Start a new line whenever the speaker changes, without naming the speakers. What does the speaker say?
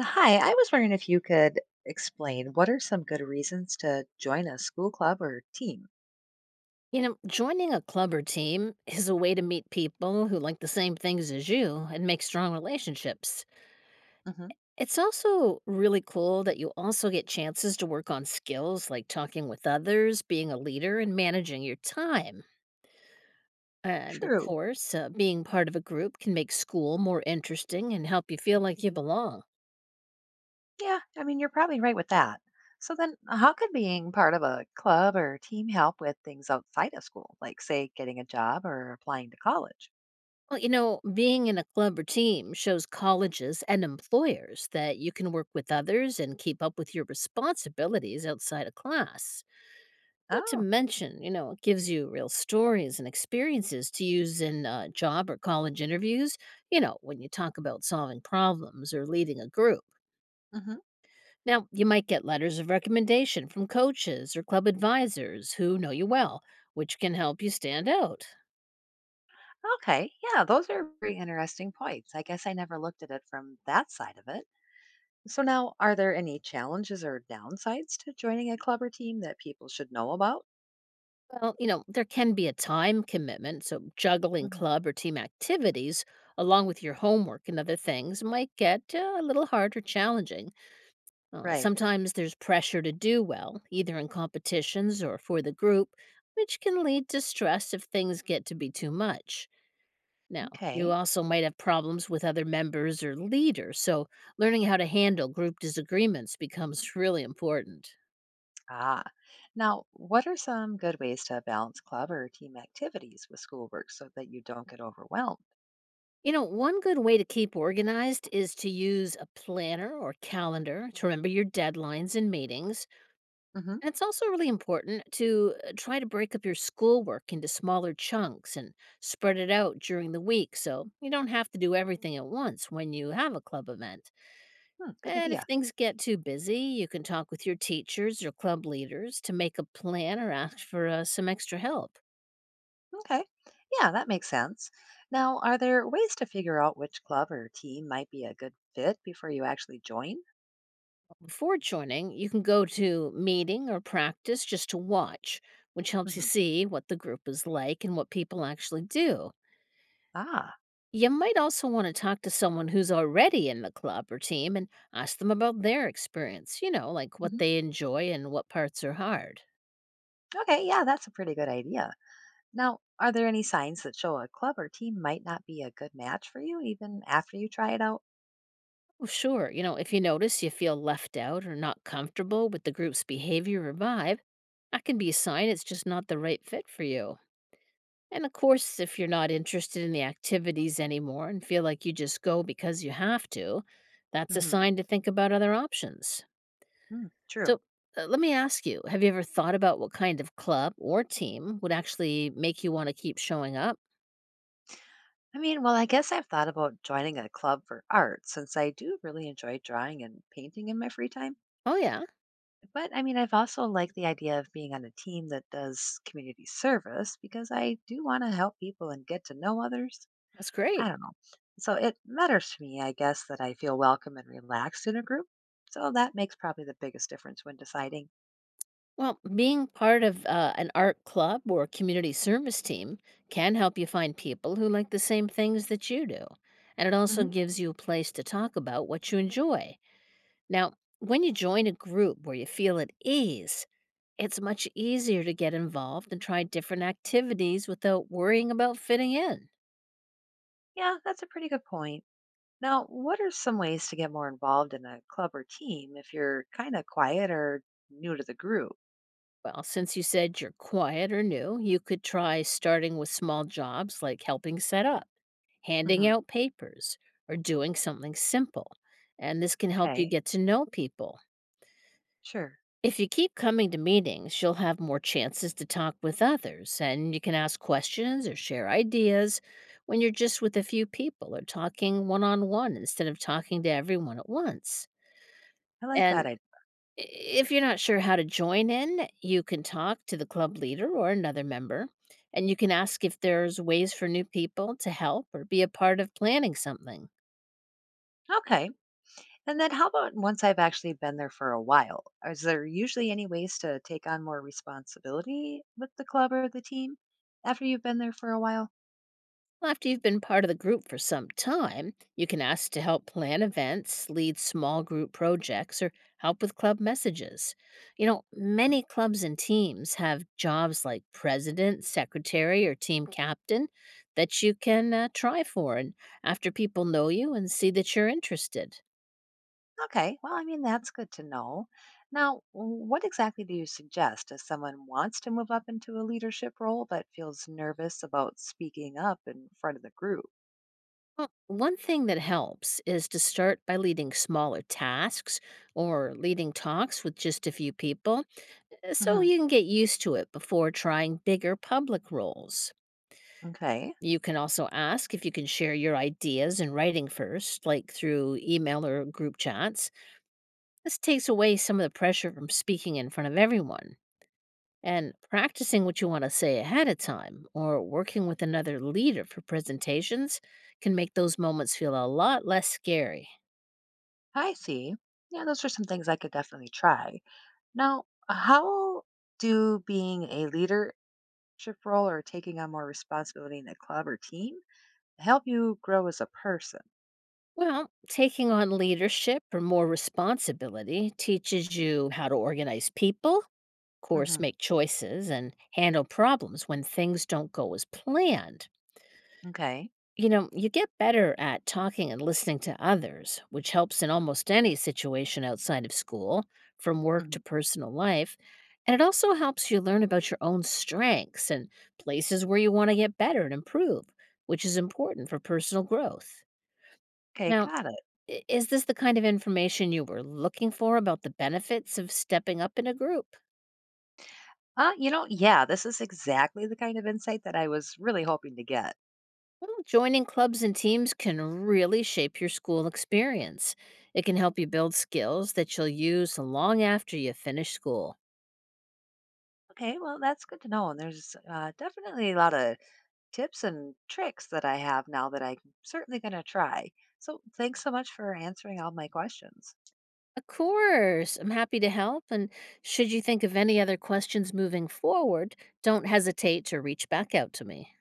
Hi, I was wondering if you could explain what are some good reasons to join a school club or team?
You know, joining a club or team is a way to meet people who like the same things as you and make strong relationships.
Hmm.
It's also really cool that you also get chances to work on skills like talking with others, being a leader, and managing your time. And of
True.
course, being part of a group can make school more interesting and help you feel like you belong.
Yeah, I mean, you're probably right with that. So then, how could being part of a club or team help with things outside of school, like, say, getting a job or applying to college?
Well, you know, being in a club or team shows colleges and employers that you can work with others and keep up with your responsibilities outside of class. Not to
Oh.
mention, you know, it gives you real stories and experiences to use in job or college interviews, you know, when you talk about solving problems or leading a group.
Hmm.
Now, you might get letters of recommendation from coaches or club advisors who know you well, which can help you stand out.
Okay. Yeah, those are very interesting points. I guess I never looked at it from that side of it. So now, are there any challenges or downsides to joining a club or team that people should know about?
Well, you know, there can be a time commitment, so juggling
Mhm.
club or team activities along with your homework and other things might get a little hard or challenging.
Right.
Sometimes there's pressure to do well, either in competitions or for the group, which can lead to stress if things get to be too much. Now, you
Okay.
also might have problems with other members or leaders, so learning how to handle group disagreements becomes really important.
Ah. Now, what are some good ways to balance club or team activities with schoolwork so that you don't get overwhelmed?
You know, one good way to keep organized is to use a planner or calendar to remember your deadlines and meetings.
Hmm.
And it's also really important to try to break up your schoolwork into smaller chunks and spread it out during the week so you don't have to do everything at once when you have a club event.
Hmm, good
And if
idea.
things get too busy, you can talk with your teachers or club leaders to make a plan or ask for some extra help.
Okay. Yeah, that makes sense. Now, are there ways to figure out which club or team might be a good fit before you actually join?
Before joining, you can go to meeting or practice just to watch, which helps you
Hmm.
see what the group is like and what people actually do.
Ah.
You might also want to talk to someone who's already in the club or team and ask them about their experience, you know, like what
Hmm.
they enjoy and what parts are hard.
Okay. Yeah, that's a pretty good idea. Now, are there any signs that show a club or team might not be a good match for you even after you try it out?
Well, sure, you know, if you notice you feel left out or not comfortable with the group's behavior or vibe, that can be a sign it's just not the right fit for you. And of course, if you're not interested in the activities anymore and feel like you just go because you have to, that's a
Hmm.
sign to think about other options.
Hmm, true.
So let me ask you, have you ever thought about what kind of club or team would actually make you want to keep showing up?
I mean, well, I guess I've thought about joining a club for art since I do really enjoy drawing and painting in my free time.
Oh, yeah,
But I mean, I've also liked the idea of being on a team that does community service because I do want to help people and get to know others.
that's
I
great.
don't know. So it matters to me, I guess, that I feel welcome and relaxed in a group. So that makes probably the biggest difference when deciding.
Well, being part of an art club or community service team can help you find people who like the same things that you do. And it also
Hmm.
gives you a place to talk about what you enjoy. Now, when you join a group where you feel at ease, it's much easier to get involved and try different activities without worrying about fitting in.
Yeah, that's a pretty good point. Now, what are some ways to get more involved in a club or team if you're kind of quiet or new to the group?
Well, since you said you're quiet or new, you could try starting with small jobs like helping set up, handing
Hmm.
out papers, or doing something simple. And this can help you
Okay,
get to know people.
sure.
If you keep coming to meetings, you'll have more chances to talk with others and you can ask questions or share ideas when you're just with a few people or talking one on one instead of talking to everyone at once.
I like that.
And
I
if you're not sure how to join in, you can talk to the club leader or another member, and you can ask if there's ways for new people to help or be a part of planning something.
okay. And then how about once I've actually been there for a while? Is there usually any ways to take on more responsibility with the club or the team after you've been there for a while?
After you've been part of the group for some time, you can ask to help plan events, lead small group projects, or help with club messages. You know,
Hmm.
many clubs and teams have jobs like president, secretary, or team captain that you can try for. And after people know you and see that you're interested.
Okay, well, I mean, that's good to know. Now, what exactly do you suggest if someone wants to move up into a leadership role but feels nervous about speaking up in front of the group?
Well, one thing that helps is to start by leading smaller tasks or leading talks with just a few people, so
Hmm.
you can get used to it before trying bigger public roles.
Okay,
You can also ask if you can share your ideas in writing first, like through email or group chats. This takes away some of the pressure from speaking in front of everyone. And practicing what you want to say ahead of time or working with another leader for presentations can make those moments feel a lot less scary.
I see. Yeah, those are some things I could definitely try. Now, how do being a leadership role or taking on more responsibility in a club or team help you grow as a person?
Well, taking on leadership or more responsibility teaches you how to organize people, of course,
Hmm.
make choices, and handle problems when things don't go as planned.
Okay.
You know, you get better at talking and listening to others, which helps in almost any situation outside of school, from work
Mhm.
to personal life. And it also helps you learn about your own strengths and places where you want to get better and improve, which is important for personal growth.
Okay,
Now,
got it.
is this the kind of information you were looking for about the benefits of stepping up in a group?
Yeah, this is exactly the kind of insight that I was really hoping to get.
Well, joining clubs and teams can really shape your school experience. It can help you build skills that you'll use long after you finish school.
Okay, well, that's good to know. And there's definitely a lot of tips and tricks that I have now that I'm certainly going to try. So thanks so much for answering all my questions.
Of course, I'm happy to help. And should you think of any other questions moving forward, don't hesitate to reach back out to me.